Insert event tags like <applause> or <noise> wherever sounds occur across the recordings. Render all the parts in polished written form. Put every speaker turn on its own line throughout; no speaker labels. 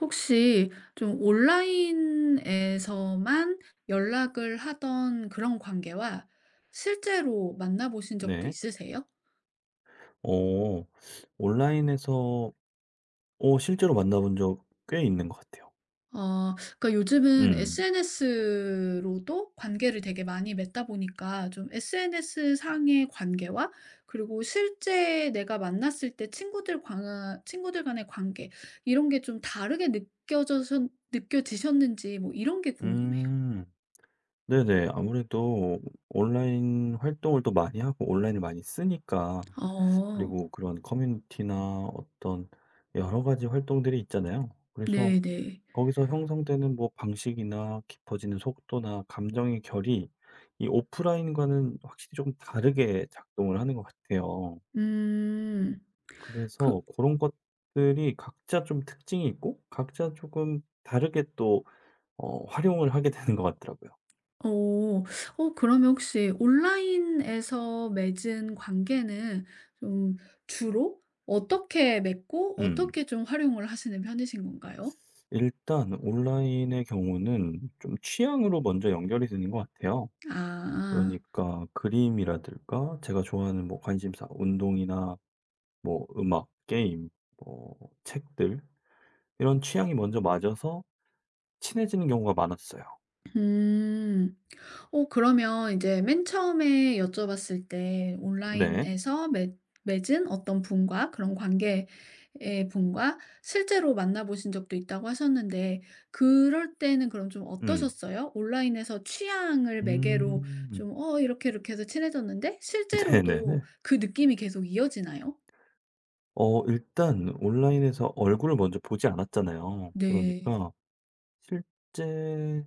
혹시 좀 온라인에서만 연락을 하던 그런 관계와 실제로 만나보신 적도
네.
있으세요?
어. 온라인에서 실제로 만나본 적 꽤 있는 것 같아요.
어, 그러니까 요즘은
음.
SNS로도 관계를 되게 많이 맺다 보니까 좀 SNS 상의 관계와 그리고 실제 내가 만났을 때 친구들 간의 관계 이런 게 좀 다르게 느껴져 느껴지셨는지 뭐 이런 게 궁금해요.
음. 네네. 아무래도 온라인 활동을 또 많이 하고 온라인을 많이 쓰니까
어,
그리고 그런 커뮤니티나 어떤 여러 가지 활동들이 있잖아요. 그래서
네네.
거기서 형성되는 뭐 방식이나 깊어지는 속도나 감정의 결이 이 오프라인과는 확실히 조금 다르게 작동을 하는 것 같아요.
음.
그래서
그.
그런 것들이 각자 좀 특징이 있고 각자 조금 다르게 또 활용을 하게 되는 것 같더라고요.
어. 어, 그러면 혹시 온라인에서 맺은 관계는 좀 주로 어떻게 맺고
음.
어떻게 좀 활용을 하시는 편이신 건가요?
일단 온라인의 경우는 좀 취향으로 먼저 연결이 되는 것 같아요.
아.
그러니까 그림이라든가 제가 좋아하는 뭐 관심사, 운동이나 뭐 음악, 게임, 뭐 책들 이런 취향이 먼저 맞아서 친해지는 경우가 많았어요.
음. 어, 그러면 이제 맨 처음에 여쭤봤을 때
네.
온라인에서 맺 맺은 어떤 분과 그런 관계의 분과 실제로 만나 보신 적도 있다고 하셨는데 그럴 때는 그럼 좀
음.
어떠셨어요? 온라인에서 취향을 매개로
음.
좀 "어, 이렇게 이렇게 해서 친해졌는데."
<laughs>
실제로도
네네네.
그 느낌이 계속 이어지나요?
일단 온라인에서 얼굴을 먼저 보지 않았잖아요.
네.
그러니까 실제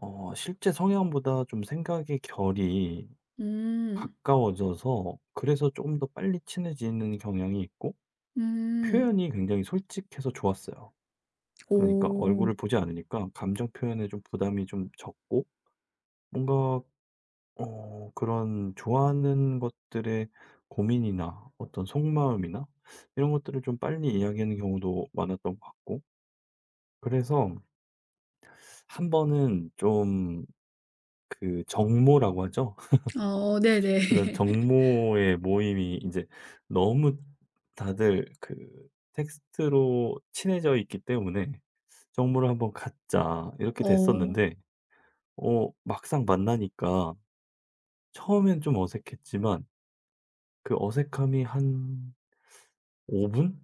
실제 성향보다 좀 생각의 결이
음.
가까워져서 그래서 조금 더 빨리 친해지는 경향이 있고
음.
표현이 굉장히 솔직해서 좋았어요. 그러니까
오.
얼굴을 보지 않으니까 감정 표현에 좀 부담이 좀 적고 뭔가 그런 좋아하는 것들의 고민이나 어떤 속마음이나 이런 것들을 좀 빨리 이야기하는 경우도 많았던 것 같고 그래서 한 번은 좀 그 정모라고 하죠. <laughs>
어, 네네.
그런
<laughs>
정모의 모임이 이제 너무 다들 그 텍스트로 친해져 있기 때문에 "정모를 한번 갖자." 이렇게
어.
됐었는데 막상 만나니까 처음엔 좀 어색했지만 그 어색함이 한 5 분?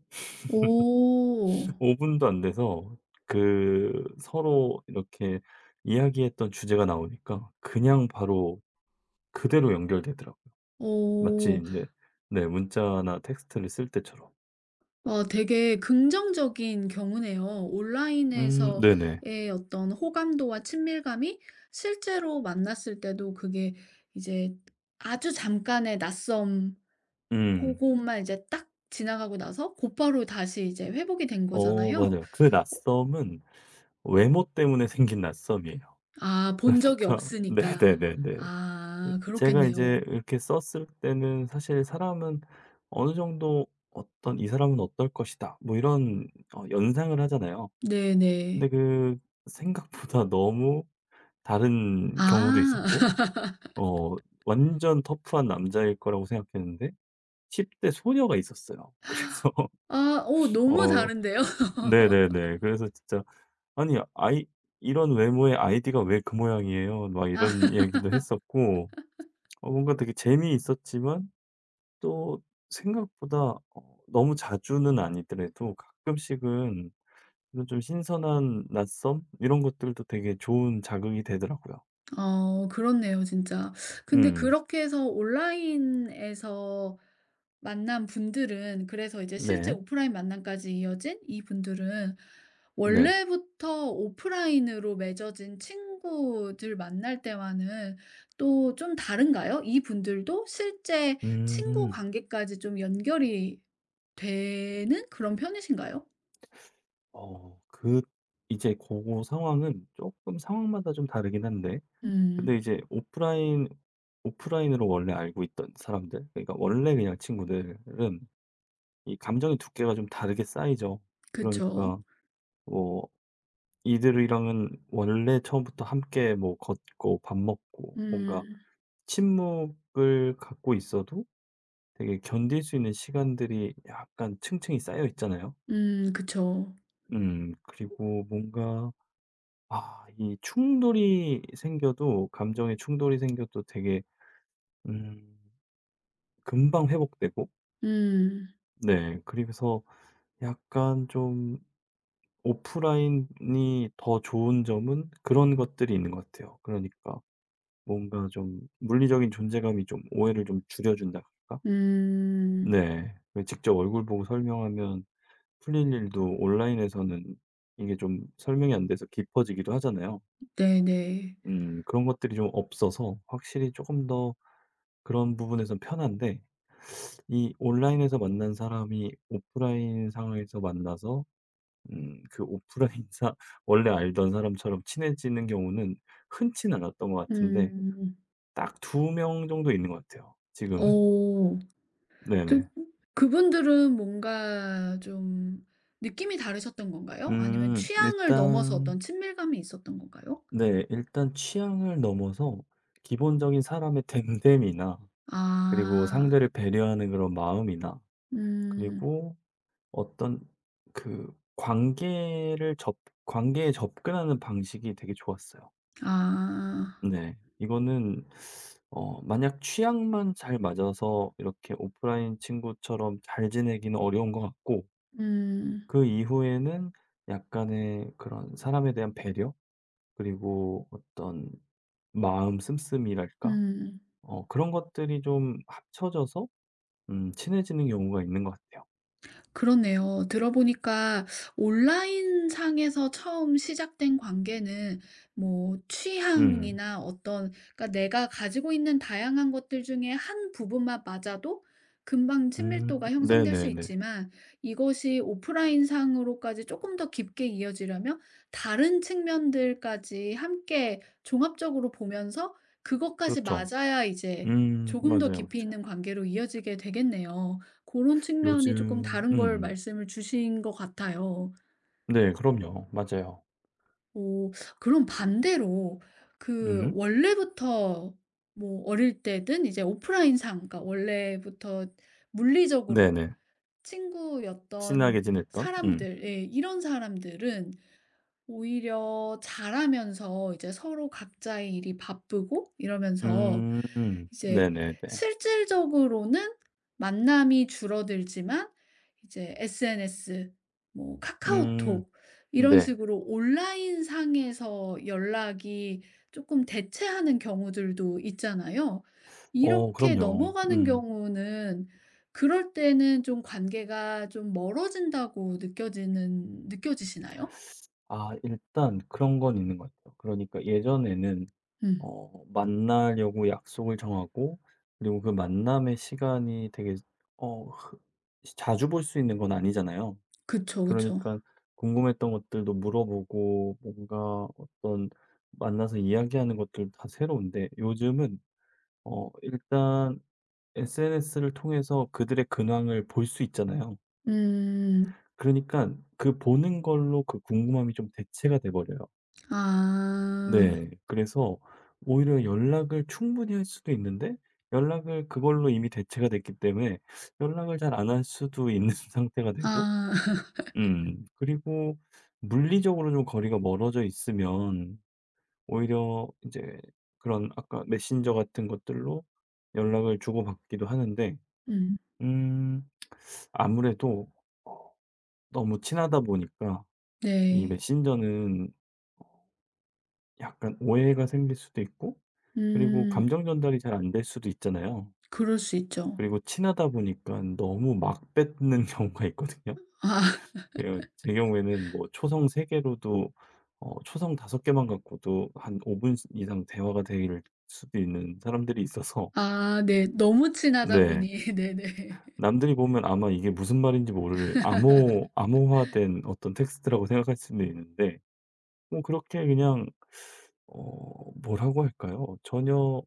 오.
5 분도 안 돼서 그 서로 이렇게 이야기했던 주제가 나오니까 그냥 바로 그대로 연결되더라고요. 마치
오.
인제 네 문자나 텍스트를 쓸 때처럼.
어, 되게 긍정적인 경우네요.
네네.
온라인에서의 어떤 호감도와 친밀감이 실제로 만났을 때도 그게 이제 아주 잠깐의 낯섦,
음.
그것만 이제 딱 지나가고 나서 곧바로 다시 이제 회복이 된
어
거잖아요.
맞아요. 그
어,
낯섦은 외모 때문에 생긴 낯섦이에요.
아, 본 적이
그러니까 <laughs>
없으니까.
네네네네. 그
아,
제가 이제
그렇겠네요.
이렇게 썼을 때는 사실 사람은 어느 정도 어떤 '이 사람은 어떨 것이다.' 뭐 이런 연상을 하잖아요.
네네.
근데 그 생각보다 너무 다른 경우도
아,
있었고
<laughs>
어 완전 터프한 남자일 거라고 생각했는데 10대 소녀가 있었어요. 그래서
아, 오,
<laughs>
너무
어
다른데요? <laughs>
네네네. 그래서 진짜 "아니 아이 이런 외모의 아이디가 왜 그 모양이에요?" 막
아,
이런 얘기도 했었고 뭔가 되게 재미있었지만 또 생각보다 너무 자주는 아니더라도 가끔씩은 이런 좀 신선한 낯섦 이런 것들도 되게 좋은 자극이 되더라고요.
어 그렇네요 진짜. 근데
음.
그렇게 해서 온라인에서 만난 분들은 그래서 이제 실제
네.
오프라인 만남까지 이어진 이분들은
네.
원래부터 오프라인으로 맺어진 친구들 만날 때와는 또 좀 다른가요? 이분들도 실제 친구
음.
관계까지 좀 연결이 되는 그런 편이신가요?
어 그 이제 고거 상황은 쪼끔 상황마다 좀 다르긴 한데 근데
음.
이제 오프라인으로 원래 알고 있던 사람들 그러니까 원래 그냥 친구들은 이 감정의 두께가 좀 다르게 쌓이죠.
그쵸.
그러니까 뭐 이들이랑은 원래 처음부터 함께 뭐 걷고 밥 먹고 뭔가
음.
친목을 갖고 있어도 되게 견딜 수 있는 시간들이 약간 층층이 쌓여 있잖아요.
그쵸.
그리고 뭔가 아 이 충돌이 생겨도 감정의 충돌이 생겨도 되게 음 금방 회복되고
음.
네 그래서 약간 좀 오프라인이 더 좋은 점은 그런 것들이 있는 것 같아요. 그러니까 뭔가 좀 물리적인 존재감이 좀 오해를 좀 줄여준다 할까
음.
네. 왜 직접 얼굴 보고 설명하면 풀릴 일도 온라인에서는 이게 좀 설명이 안 돼서 깊어지기도 하잖아요.
네네.
그런 것들이 좀 없어서 확실히 조금 더 그런 부분에선 편한데 이 온라인에서 만난 사람이 오프라인 상황에서 만나서 그 오프라인 <laughs> 사 원래 알던 사람처럼 친해지는 경우는 흔치는 않았던 것 같은데
음.
딱 두 명 정도 있는 것 같아요 지금은.
어. 좀
네네.
그분들은 뭔가 좀 느낌이 다르셨던 건가요? 아니면 취향을 넘어서
일단
어떤 친밀감이 있었던 건가요?
네 일단 취향을 넘어서 기본적인 사람의 <laughs> 댐댐이나 그리고
아.
상대를 배려하는 그런 마음이나
음.
그리고 어떤 그 관계를 접 관계에 접근하는 방식이 되게 좋았어요.
아.
네. 이거는 만약 취향만 잘 맞아서 이렇게 오프라인 친구처럼 잘 지내기는 어려운 것 같고
음.
그 이후에는 약간의 그런 사람에 대한 배려? 그리고 어떤 마음 씀씀이랄까?
음.
그런 것들이 좀 합쳐져서 친해지는 경우가 있는 것 같아요.
그렇네요. 들어보니까 온라인 상에서 처음 시작된 관계는 뭐
음.
취향이나 어떤 그러니까 내가 가지고 있는 다양한 것들 중에 한 부분만 맞아도 금방 친밀도가 형성될 수
네네네.
있지만 이것이 오프라인 상으로까지 조금 더 깊게 이어지려면 다른 측면들까지 함께 종합적으로 보면서 그것까지
그렇죠.
맞아야 이제 조금 더
맞아요,
깊이 있는
맞아요.
관계로 이어지게 되겠네요. 그런 측면이 조금
요즘
다른 걸 말씀을 주신 것 같아요.
네 그럼요. 맞아요.
어, 그럼 반대로 그
음.
원래부터 뭐 어릴 때든 이제 오프라인상 그러니까 원래부터 물리적으로
네네.
친구였던
친하게 지냈던? 음.
사람들 예 이런 사람들은 오히려 잘하면서 이제 서로 각자의 일이 바쁘고 이러면서
음.
이제
네네네.
실질적으로는 만남이 줄어들지만 이제 SNS, 뭐
음.
카카오톡 이런
네.
식으로 온라인 상에서 연락이 조금 대체하는 경우들도 있잖아요.
어
이렇게
그럼요.
넘어가는
음.
경우는 그럴 때는 좀 관계가 좀 멀어진다고 느껴지는 느껴지시나요?
아 일단 그런 건 있는 것 같아요. 그러니까 예전에는
음.
만나려고 약속을 정하고 그리고 그 만남의 시간이 되게 어 흐 자주 볼 수 있는 건 아니잖아요.
그쵸,
그러니
그쵸.
까 궁금했던 것들도 물어보고 뭔가 어떤 만나서 이야기하는 것들 다 새로운데 요즘은 일단 SNS를 통해서 그들의 근황을 볼 수 있잖아요.
음.
그러니까 그 보는 걸로 그 궁금함이 좀 대체가 돼 버려요.
아.
네. 그래서 오히려 연락을 충분히 할 수도 있는데 연락을 그걸로 이미 대체가 됐기 때문에 연락을 잘 안 할 수도 있는 <laughs> 상태가 되고
아. <laughs>
그리고 물리적으로 좀 거리가 멀어져 있으면 오히려 이제 그런 아까 메신저 같은 것들로 연락을 주고받기도 하는데
음.
음 아무래도 너무 친하다 보니까 이
네.
메신저는 약간 오해가 생길 수도 있고 그리고
음.
감정 전달이 잘 안 될 수도 있잖아요.
그럴 수 있죠.
그리고 친하다 보니까 너무 막 뱉는 <laughs> 경우가 있거든요.
아.
예. 제 경우에는 뭐 초성 세 개로도 초성 다섯 개만 갖고도 한 5분 이상 대화가 될 수도 있는 사람들이 있어서
아 네. 너무 친하다
네.
보니 <laughs> 네네.
남들이 보면 아마 이게 무슨 말인지 모를 암호화된 어떤 텍스트라고 생각할 수도 있는데 뭐 그렇게 그냥 뭐라고 할까요? 전혀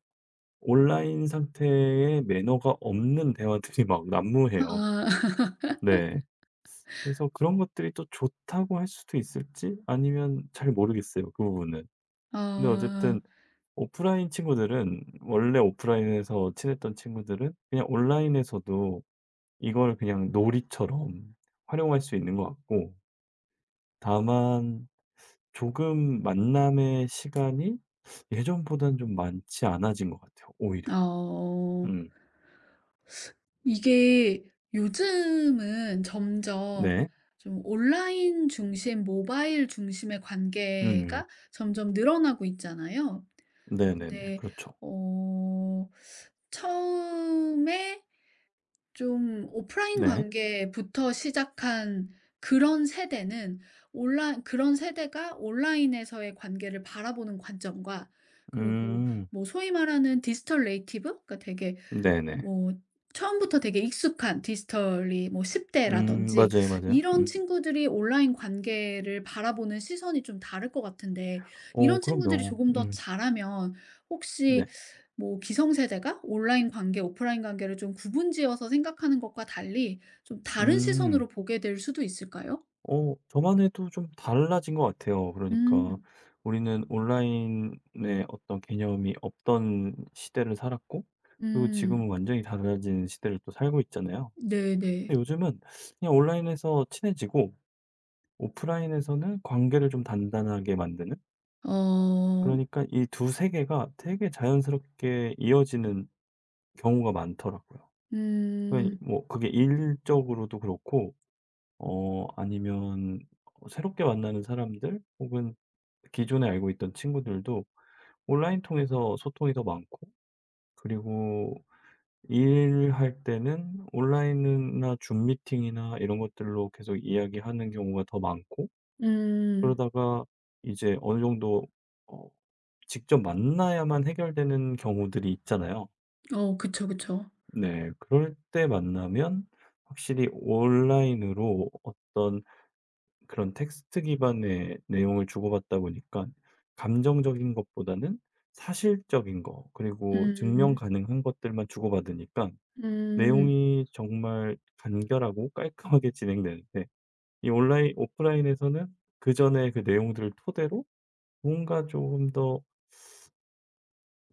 온라인 상태의 매너가 없는 대화들이 <laughs> 막 난무해요.
아. <laughs>
네. 그래서 그런 것들이 또 좋다고 할 수도 있을지 아니면 잘 모르겠어요, 그 부분은. 근데 어쨌든
아.
오프라인에서 친했던 친구들은 그냥 온라인에서도 이걸 그냥 놀이처럼 활용할 수 있는 것 같고 다만 조금 만남의 시간이 예전보단 좀 많지 않아진 것 같아요, 오히려.
어.
음.
이게 요즘은 점점
네.
좀 온라인 중심, 모바일 중심의
음.
관계가 점점 늘어나고 있잖아요.
네네네.
근데
그렇죠.
어 처음에 좀 오프라인
네.
관계부터 시작한 그런 세대는 온라 그런 세대가 온라인에서의 관계를 바라보는 관점과 그리고
음.
뭐 소위 말하는 디지털 네이티브 그러니까 되게
네네.
뭐 처음부터 되게 익숙한 디지털이 뭐 10
음.
대라든지
맞아요, 맞아요.
이런
음.
친구들이 온라인 관계를 바라보는 시선이 좀 다를 것 같은데
어
이런 친구들이
그럼요.
조금 더
음.
자라면 혹시
네.
뭐 기성세대가 온라인 관계, 오프라인 관계를 좀 구분지어서 생각하는 것과 달리 좀 다른 시선으로
음.
보게 될 수도 있을까요?
저만 해도 좀 달라진 것 같아요. 그러니까
음.
우리는 온라인의 어떤 개념이 없던 시대를 살았고 그리고 지금은
음.
완전히 달라진 시대를 또 살고 있잖아요.
네네.
근데 요즘은 그냥 온라인에서 친해지고 오프라인에서는 관계를 좀 단단하게 만드는
어.
그러니까 이 두 세계가 되게 자연스럽게 이어지는 경우가 많더라고요. 그러니
음.
뭐 그게 일적으로도 그렇고 아니면 새롭게 만나는 사람들 혹은 기존에 알고 있던 친구들도 온라인 통해서 소통이 더 많고 그리고 일할 때는 온라인이나 줌 미팅이나 이런 것들로 계속 이야기하는 경우가 더 많고
음.
그러다가 이제 어느 정도 어 직접 만나야만 해결되는 경우들이 있잖아요.
어 그쵸, 그쵸.
네. 그럴 때 만나면 확실히 온라인으로 어떤 그런 텍스트 기반의 내용을 주고받다 보니까 감정적인 것보다는 사실적인 거 그리고 증명
음.
가능한 것들만 주고받으니까
음.
내용이 정말 간결하고 깔끔하게 진행되는데 이 온라인 오프라인에서는 그전에 그 내용들을 토대로 뭔가 조금 더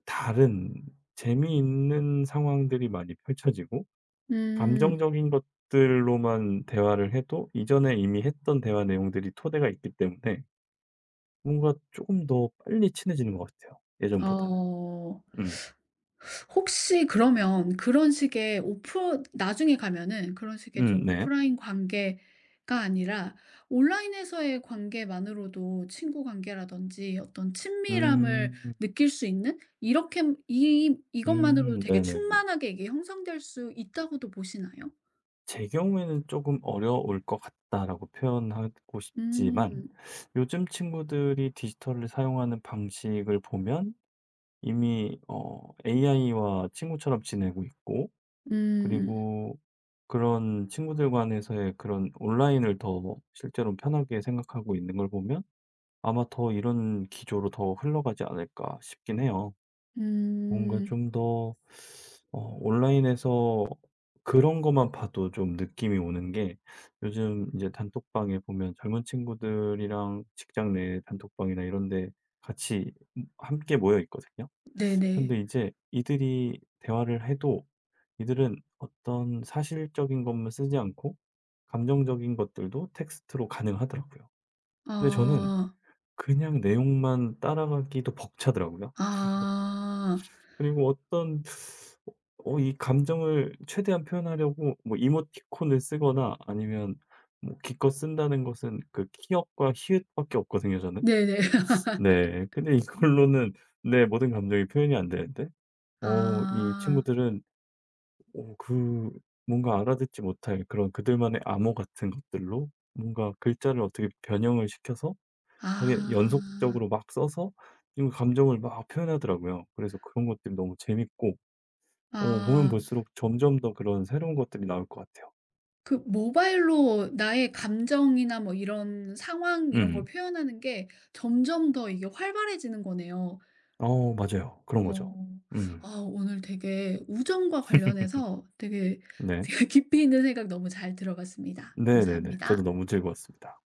다른 재미있는 상황들이 많이 펼쳐지고
음.
감정적인 것들로만 대화를 해도 이전에 이미 했던 대화 내용들이 토대가 있기 때문에 뭔가 조금 더 빨리 친해지는 것 같아요 예전보다는.
어.
음.
혹시 그러면 그런 식의 오프 나중에 가면은 그런 식의 좀
네.
오프라인 관계가 아니라 온라인에서의 관계만으로도 친구 관계라든지 어떤 친밀함을
음.
느낄 수 있는 이렇게 이 이것만으로도 되게
네네
충만하게 이게 형성될 수 있다고도 보시나요?
제 경우에는 조금 "어려울 것 같다."라고 표현하고 싶지만
음.
요즘 친구들이 디지털을 사용하는 방식을 보면 이미 AI와 친구처럼 지내고 있고
음.
그리고 그런 친구들 간에서의 그런 온라인을 더 실제로는 편하게 생각하고 있는 걸 보면 아마 더 이런 기조로 더 흘러가지 않을까 싶긴 해요. 뭔가
음.
좀 더 온라인에서 그런 것만 봐도 좀 느낌이 오는 게 요즘 이제 단톡방에 보면 젊은 친구들이랑 직장 내 단톡방이나 이런 데 같이 함께 모여 있거든요.
네네.
근데 이제 이들이 대화를 해도 이들은 어떤 사실적인 것만 쓰지 않고 감정적인 것들도 텍스트로 가능하더라고요. 근데 저는
아.
그냥 내용만 따라가기도 벅차더라고요.
아.
그리고 어떤 이 감정을 최대한 표현하려고 뭐 이모티콘을 쓰거나 아니면 뭐 기껏 쓴다는 것은 그 키읔과 히읗밖에 없거든요, 저는.
네네. <laughs>
네. 근데 이걸로는 내 모든 감정이 표현이 안 되는데 이
아.
친구들은 어 그 뭔가 알아듣지 못할 그런 그들만의 암호 같은 것들로 뭔가 글자를 어떻게 변형을 시켜서 하게
아.
연속적으로 막 써서 지금 감정을 막 표현하더라고요. 그래서 그런 것들이 너무 재밌고 보면
아.
볼수록 점점 더 그런 새로운 것들이 나올 것 같아요.
그 모바일로 나의 감정이나 뭐 이런 상황 이런 걸
음.
표현하는 게 점점 더 이게 활발해지는 거네요.
어 맞아요. 그런 거죠.
어.
음.
아 오늘 되게 우정과 관련해서 되게, <laughs>
네.
되게 깊이 있는 생각 너무 잘 들어봤습니다.
네네네. 저도
감사합니다.
너무 즐거웠습니다.